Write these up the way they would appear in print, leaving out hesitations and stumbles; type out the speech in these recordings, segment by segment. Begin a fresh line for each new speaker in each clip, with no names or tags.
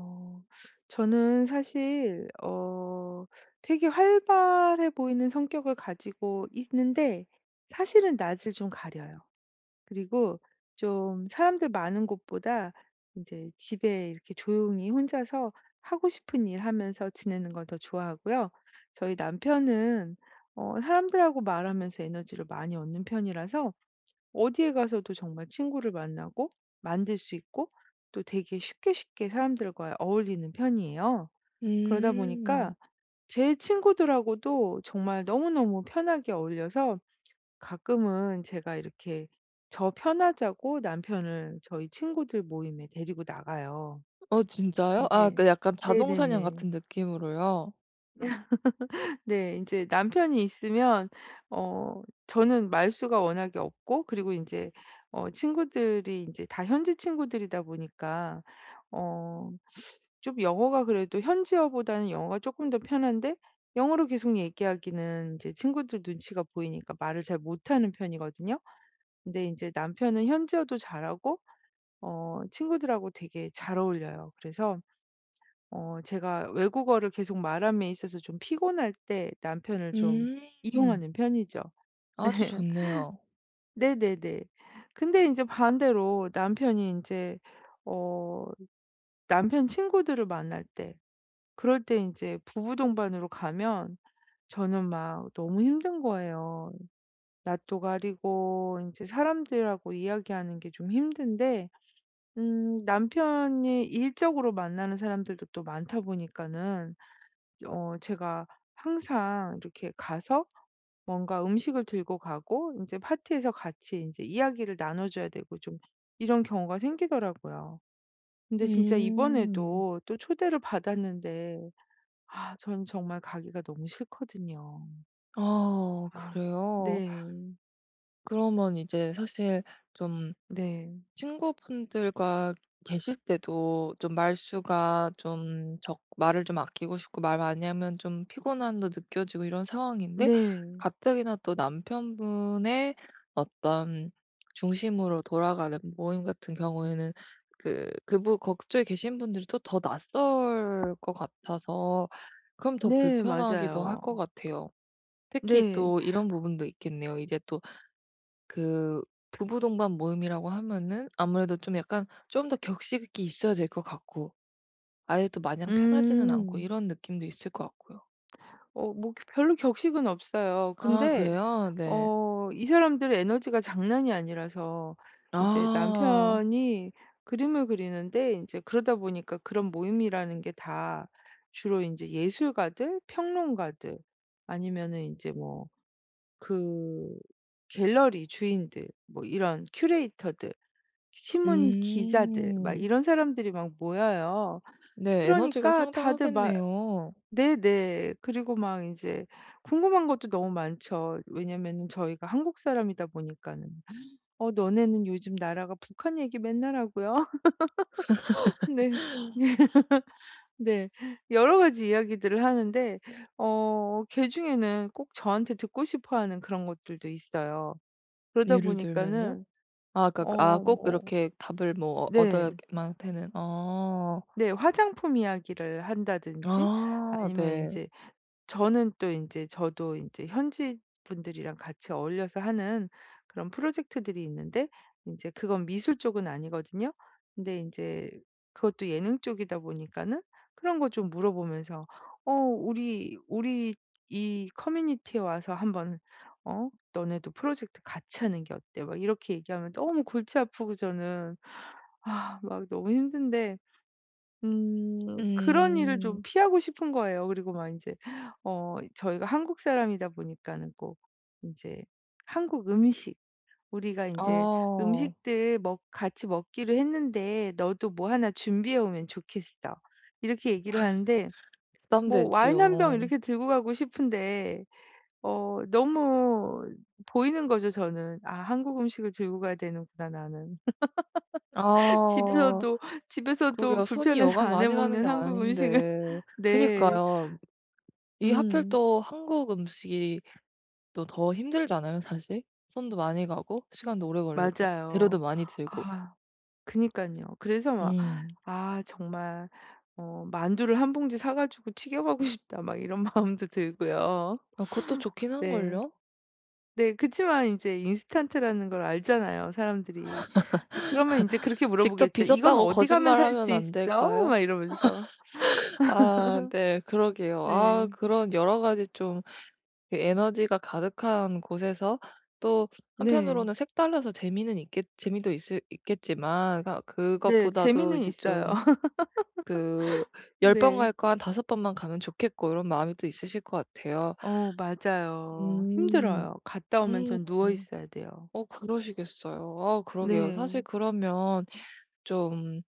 어 저는 사실 되게 활발해 보이는 성격을 가지고 있는데 사실은 낯을 좀 가려요. 그리고 좀 사람들 많은 곳보다 이제 집에 이렇게 조용히 혼자서 하고 싶은 일 하면서 지내는 걸 더 좋아하고요. 저희 남편은 사람들하고 말하면서 에너지를 많이 얻는 편이라서 어디에 가서도 정말 친구를 만나고 만들 수 있고 또 되게 쉽게 쉽게 사람들과 어울리는 편이에요. 그러다
음.
보니까 제 친구들하고도 정말 너무너무 편하게 어울려서 가끔은 제가 이렇게 저 편하자고 남편을 저희 친구들 모임에 데리고 나가요.
어 진짜요? 아,
네,
그 약간 자동 사냥
네네네.
같은 느낌으로요?
네. 인제 남편이 있으면 저는 말수가 워낙에 없고 그리고 인제 친구들이 인제 다 현지 친구들이다 보니까 어 좀 영어가 그래도 현지어보다는 영어가 쪼끔 더 편한데 영어로 계속 얘기하기는 이제 친구들 눈치가 보이니까 말을 잘 못하는 편이거든요. 근데 인제 남편은 현지어도 잘하고 친구들하고 되게 잘 어울려요. 그래서 제가 외국어를 계속 말함에 있어서 좀 피곤할 때 남편을 좀
음.
이용하는 편이죠.
아주 좋네요.
네. 네네 근데 이제 반대로 남편이 이제 어 남편 친구들을 만날 때 그럴 때 이제 부부 동반으로 가면 저는 막 너무 힘든 거예요. 낯도 가리고 이제 사람들하고 이야기하는 게 좀 힘든데 남편이 일적으로 만나는 사람들도 또 많다 보니까는 제가 항상 이렇게 가서 뭔가 음식을 들고 가고 이제 파티에서 같이 이제 이야기를 나눠 줘야 되고 좀 이런 경우가 생기더라고요. 근데 진짜
음.
이번에도 또 초대를 받았는데 아 전 정말 가기가 너무 싫거든요.
아
아
그래요?
네.
그러면 이제 사실 좀
네.
친구분들과 계실 때도 좀 말수가 좀 적 말을 좀 아끼고 싶고, 말 많이 하면 좀 피곤함도 느껴지고 이런 상황인데,
네.
가뜩이나 또 남편분의 어떤 중심으로 돌아가는 모임 같은 경우에는, 그 그분 그쪽에 계신 분들이 또 더 낯설 것 같아서 그럼 더
네
불편하기도 할
맞아요.
것 같아요. 특히
네.
또 이런 부분도 있겠네요. 이제 또 그 부부 동반 모임이라고 하면은 아무래도 좀 약간 좀 더 격식이 있어야 될 것 같고, 아예 또 마냥 편하지는 않고
음.
이런 느낌도 있을 것 같고요.
뭐 그 별로 격식은 없어요.
아
근데
그래요? 네.
이 사람들의 에너지가 장난이 아니라서 이제
아.
남편이 그림을 그리는데 이제 그러다 보니까 그런 모임이라는 게 다 주로 이제 예술가들, 평론가들 아니면은 이제 뭐 그 갤러리 주인들 뭐 이런 큐레이터들, 신문 기자들 막
음.
이런 사람들이 막 모여요.
네. 에너지가
그러니까 다들 막
상당하겠네요.
네네. 그리고 막 이제 궁금한 것도 너무 많죠. 왜냐면은 저희가 한국 사람이다 보니까는. "어 너네는 요즘 나라가 북한 얘기 맨날 하고요." 네. 네. 여러 가지 이야기들을 하는데 그중에는 꼭 저한테 듣고 싶어 하는 그런 것들도 있어요. 그러다
예를 들면요?
보니까는
아까 꼭
뭐
이렇게 답을 뭐
네.
얻어야만 되는 아.
네. 화장품 이야기를 한다든지
아
아니면 이
네.
제 저는 또 인제 저도 인제 현지 분들이랑 같이 어울려서 하는 그런 프로젝트들이 있는데 인제 그건 미술 쪽은 아니거든요. 근데 인제 그것도 예능 쪽이다 보니까는 그런 거 좀 물어보면서 우리 이 커뮤니티에 와서 한번 너네도 프로젝트 같이 하는 게 어때?" 막 이렇게 얘기하면 너무 골치 아프고 저는 아 막 너무 힘든데 음 그런 일을 좀
음.
피하고 싶은 거예요. 그리고 막 이제 저희가 한국 사람이다 보니까는 꼭 이제 한국 음식 우리가 이제
아
"음식들 먹 같이 먹기로 했는데 너도 뭐 하나 준비해 오면 좋겠어." 이렇게 얘기를 하는데 뭐 와인
부담되지요.
한 병 이렇게 들고 가고 싶은데 너무 보이는 거죠 저는. '아 한국 음식을 들고 가야 되는구나 나는.'
아.
집에서도 집에서도
그러게요. 손이
불편해서
여간
안 해
많이 가는
먹는
게
한국 음식을.
아닌데.
네.
그니까요. 이게 하필
음.
또 한국 음식이 또 더 힘들잖아요, 사실. 손도 많이 가고 시간도 오래 걸리고 재료도
맞아요.
많이 들고.
아 그니깐요. 그래서 막
음.
'아 정말 만두를 한 봉지 사 가지고 튀겨가고 싶다.' 막 이런 마음도 들고요.
아 그것도 좋긴
네.
한걸요?
네 그치만 이제 인스턴트라는 걸 알잖아요, 사람들이. 그러면 이제 그렇게
직접
물어보겠죠. "이건
빚었다고
어디 가면 살 수
거짓말하면 안
있어?" 막
될까요?
이러면서.
아 네. 그러게요. 아
네.
그런 여러 가지 좀그 에너지가 가득한 곳에서, 또
네.
한편으로는 색달라서 재미는 있겠 재미도 있을 있겠지만, 그
네.
그것보다도
재미는
이제
있어요.
좀 그 '10 번
네.
갈 거 한 5 번만 가면 좋겠고.' 이런 마음이 또 있으실 것 같아요.
어 맞아요.
음.
힘들어요. 갔다 오면
음.
전 누워
음.
있어야 돼요.
어 그러시겠어요. 아 그러게요. 사실
네.
그러면, 좀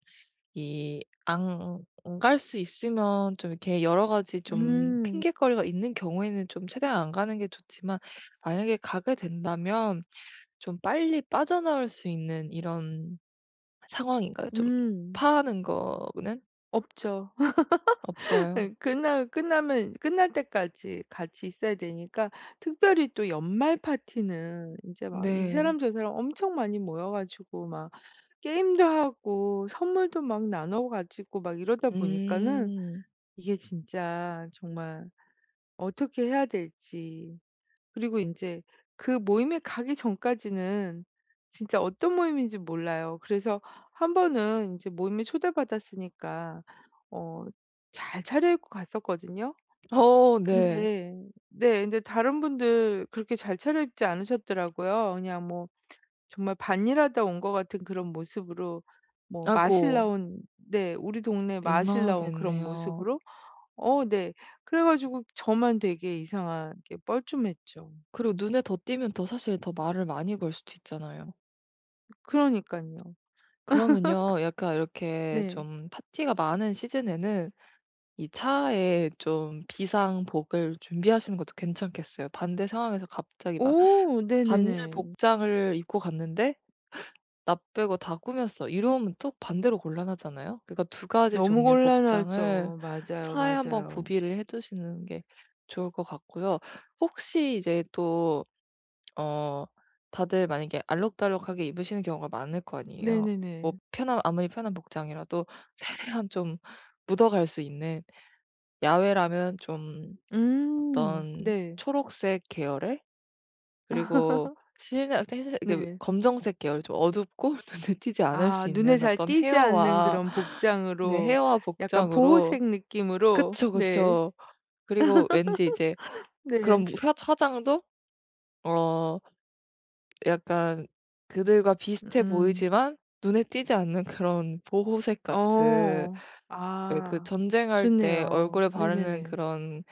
이 안 갈 수 있으면 좀 이렇게 여러 가지 좀
음.
핑곗거리가 있는 경우에는 좀 최대한 안 가는 게 좋지만, 만약에 가게 된다면 좀 빨리 빠져나올 수 있는 이런 상황인가요? 좀
음.
파하는 거는
없죠.
없어요?
끝나면 끝날 때까지 같이 있어야 되니까 특별히 또 연말 파티는 이제 막 이
네.
사람 저 사람 엄청 많이 모여 가지고 막 게임도 하고 선물도 막 나눠 가지고 막 이러다 보니까는
음.
이게 진짜 정말 어떻게 해야 될지. 그리고 인제 그 모임에 가기 전까지는 진짜 어떤 모임인지 몰라요. 그래서 한 번은 인제 모임에 초대받았으니까 어 잘 차려입고 갔었거든요.
어 네.
근데. 네. 근데 다른 분들 그렇게 잘 차려입지 않으셨더라고요. 그냥 뭐 정말 반일하다 온 것 같은 그런 모습으로, 뭐
아이고
마실 나온, 네, 우리 동네 마실 나온 그런
민망하겠네요.
모습으로. 네. 그래 가지고 저만 되게 이상하게 뻘쭘했죠.
그리고 눈에 더 띄면 더, 사실 더 말을 많이 걸 수도 있잖아요.
그러니깐요.
그러면요, 약간 이렇게
네.
좀 파티가 많은 시즌에는 이 차에 좀 비상복을 준비하시는 것도 괜찮겠어요. 반대 상황에서 갑자기 막
오,
반일
네네네.
복장을 입고 갔는데 "나 빼고 다 꾸몄어." 이러면 또 반대로 곤란하잖아요. 그러니까 두 가지
너무
종류의 복장을
곤란하죠. 맞아요,
차에 한번
맞아요.
구비를 해 두시는 게 좋을 것 같고요. 혹시 이제 또 어 다들 만약에 알록달록하게 입으시는 경우가 많을 거 아니에요. 뭐
네네네.
편한 아무리 편한 복장이라도 최대한 좀 묻어갈 수 있는, 야외라면 좀
음.
어떤
네.
초록색 계열의, 그리고 실내, 흰색, 이게
네.
검정색 계열 좀 어둡고 눈에 띄지 않을
아,
수
눈에
있는
잘
어떤
띄지 않는
헤어와,
그런
네,
복장으로.
헤어와
약간
복장으로.
보호색 느낌으로.
그쵸,
네.
그쵸. 그리고 왠지 이제
네.
그런 화 화장도 어 약간 그들과 비슷해
음.
보이지만 눈에 띄지 않는 그런 보호색 같은,
어.
왜 그
아,
전쟁할 때
좋네요.
얼굴에 바르는
네네네.
그런,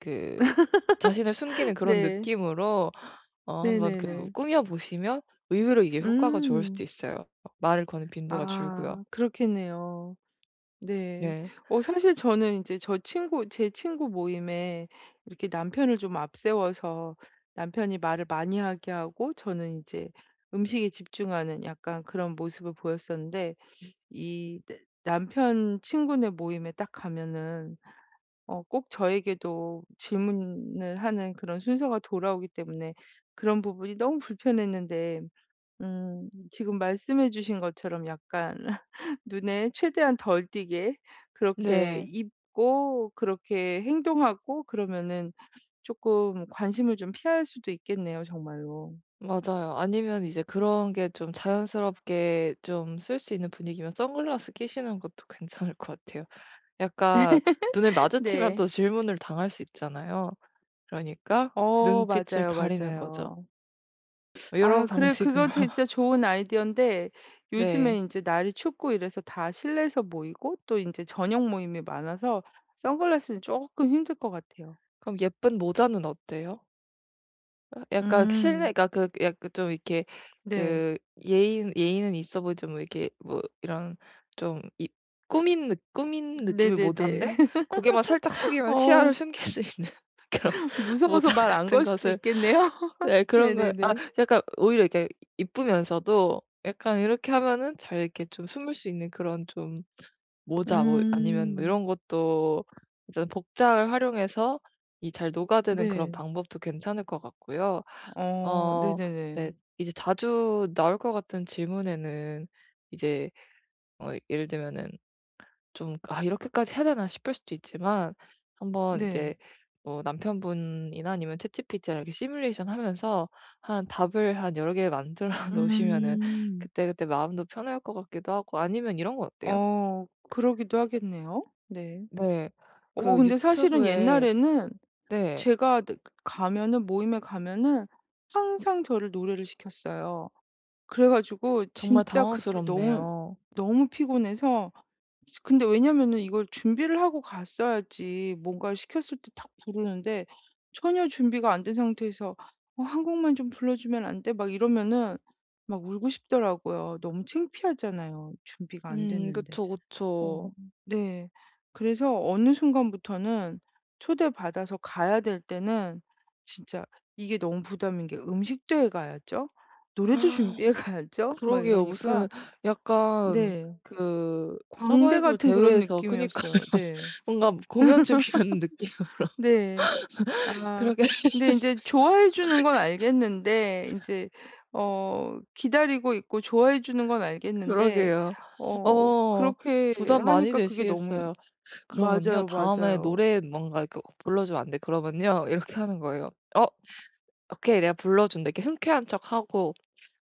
그 자신을 숨기는 그런
네.
느낌으로 한번 그
네네네.
꾸며 보시면, 의외로 이게 효과가 좋을 수도
음.
있어요. 말을 거는 빈도가 줄고요.
아 그렇겠네요. 네.
네.
사실 저는 이제 저 친구 제 친구 모임에 이렇게 남편을 좀 앞세워서 남편이 말을 많이 하게 하고 저는 이제 음식에 집중하는 약간 그런 모습을 보였었는데, 이 내 남편 친구네 모임에 딱 가면은 꼭 저에게도 질문을 하는 그런 순서가 돌아오기 때문에 그런 부분이 너무 불편했는데, 지금 말씀해 주신 것처럼 약간 눈에 최대한 덜 띄게 그렇게
네.
입고 그렇게 행동하고 그러면은 조금 관심을 좀 피할 수도 있겠네요 정말로.
맞아요. 아니면 이제 그런 게 좀 자연스럽게 좀 쓸 수 있는 분위기면 선글라스 끼시는 것도 괜찮을 것 같아요. 약간 눈을 마주치면 또
네.
질문을 당할 수 있잖아요. 그러니까 눈빛을
맞아요,
가리는 거죠.
맞아요. 아
요런
그래,
방식으로.
그거 되 진짜 좋은 아이디어인데 요즘에
네.
이제 날이 춥고 이래서 다 실내에서 모이고 또 이제 저녁 모임이 많아서 선글라스는 조금 힘들 것 같아요.
그럼 예쁜 모자는 어때요? 약간
음.
실내가 그 약간 좀 이렇게,
네.
그 예의는 있어 보이지, 뭐 이렇게 뭐 이런 좀 이 꾸민 느낌이
네네네.
모자인데, 고개만 살짝 숙이면
어
시야를 숨길 수 있는 그런
무서워서
모자
말 안
같은
걸 수도
것을.
있겠네요.
네 그런 걸
네네네.
약간 오히려 이렇게 이쁘면서도 약간 이렇게 하면은 잘 이렇게 좀 숨을 수 있는 그런 좀, 모자 뭐 아니면 뭐
음.
이런 것도, 일단 복장을 활용해서 이 잘 녹아드는 그런
네.
방법도 괜찮을 것 같고요. 어 네.
네네네.
이제 자주 나올 것 같은 질문에는 이제 예를 들면은, 좀 '아 이렇게까지 해야 되나?' 싶을 수도 있지만, 한번
네.
이제 뭐 남편분이나 아니면 챗 G 피 t 랑 이렇게 시뮬레이션 하면서 한 답을 한 여러 개 만들어 놓으시면은,
음.
그때그때 마음도 편할 것 같기도 하고, 아니면 이런 거 어때요?
그러기도 하겠네요. 네.
네. 그
근데 사실은
유튜브에.
옛날에는
네.
제가 느 가면은 모임에 가면은 항상 저를 노래를 시켰어요. 그래 가지고
정말
진짜 그때 너무,
당황스럽네요.
너무 피곤해서. 근데 왜냐면은 이걸 준비를 하고 갔어야지 뭔가를 시켰을 때 딱 부르는데, 전혀 준비가 안 된 상태에서 "어 한 곡만 좀 불러주면 안 돼?" 막 이러면은 막 울고 싶더라고요. 너무 창피하잖아요, 준비가 안 됐는데.
그쵸,
어
그쵸.
네. 그래서 어느 순간부터는 초대받아서 가야 될 때는 진짜 이게 너무 부담인 게, 음식도 해 가야죠, 노래도 준비해 가야죠, 막
그러게요.
이러니까.
무슨 약간
네.
그
광대
서바이벌
같은 그런
대회에서. 그니까요.
느낌이었어요. 네.
뭔가 공연 준비하는 느낌.
네. 아
그러게
근데 인제 좋아해 주는 건 알겠는데, 인제 기다리고 있고 좋아해 주는 건 알겠는데
그러게요. 어
그렇게
부담 많이
하니까 그게 너무.
되시겠어요. 그러면요,
맞아요,
다음에
맞아요.
노래 뭔가 이렇게 불러주면 안 돼 그러면요, 이렇게 하는 거예요. "어 오케이. 내가 불러준다." 이렇게 흔쾌한 척하고,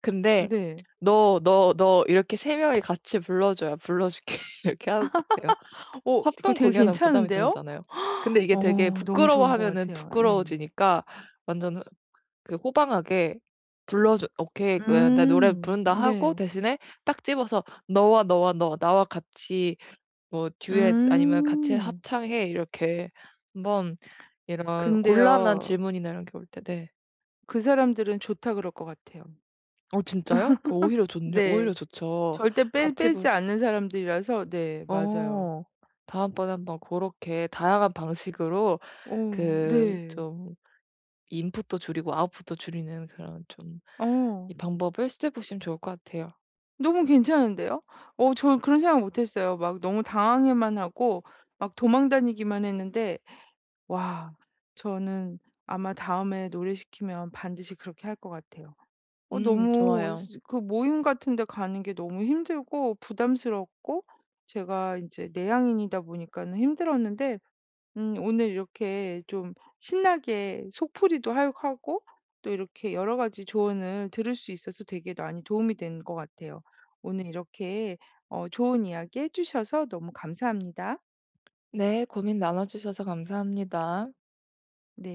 근데
네.
"너, 너, 너." 이렇게 세 명이 같이 불러줘야 불러줄게 이렇게 하는 것 같아요.
그거
합동
되게
공연은 부담이
괜찮은데요?
덜하잖아요. 근데 이게 되게
너무 좋은 것
부끄러워하면은
같아요. 네.
부끄러워지니까, 완전 호 그 호방하게 불러줘, "오케이. 그 나 노래
음.
부른다." 하고,
네.
대신에 딱 집어서 "너와, 너와, 너. 나와 같이 뭐 듀엣 아니면 같이
음.
합창해." 이렇게 한번, 이런 곤란한
근데요,
질문이나 이런 게 올 때. 네.
그 사람들은 좋다 그럴 것 같아요.
어 진짜요? 그럼 오히려 좋네요. 오히려
네.
좋죠.
절대 빼
같이
빼지
불
않는 사람들이라서. 네 맞아요.
어. 다음번에 한번 그렇게 다양한 방식으로, 그
네.
좀 인풋도 줄이고 아웃풋도 줄이는 그런 좀
어
이 방법을 시도해 보시면 좋을 것 같아요.
너무 괜찮은데요? 저 그런 생각 못 했어요. 막 너무 당황해만 하고 막 도망 다니기만 했는데. 와, 저는 아마 다음에 노래시키면 반드시 그렇게 할 것 같아요. 너무
좋아요.
스 그 모임 같은 데 가는 게 너무 힘들고 부담스럽고 제가 이제 내향인이다 보니까는 힘들었는데, 오늘 이렇게 좀 신나게 속풀이도 하고 또 이렇게 여러 가지 조언을 들을 수 있어서 되게 많이 도움이 된 것 같아요. 오늘 이렇게 좋은 이야기 해 주셔서 너무 감사합니다.
네. 고민 나눠 주셔서 감사합니다.
네.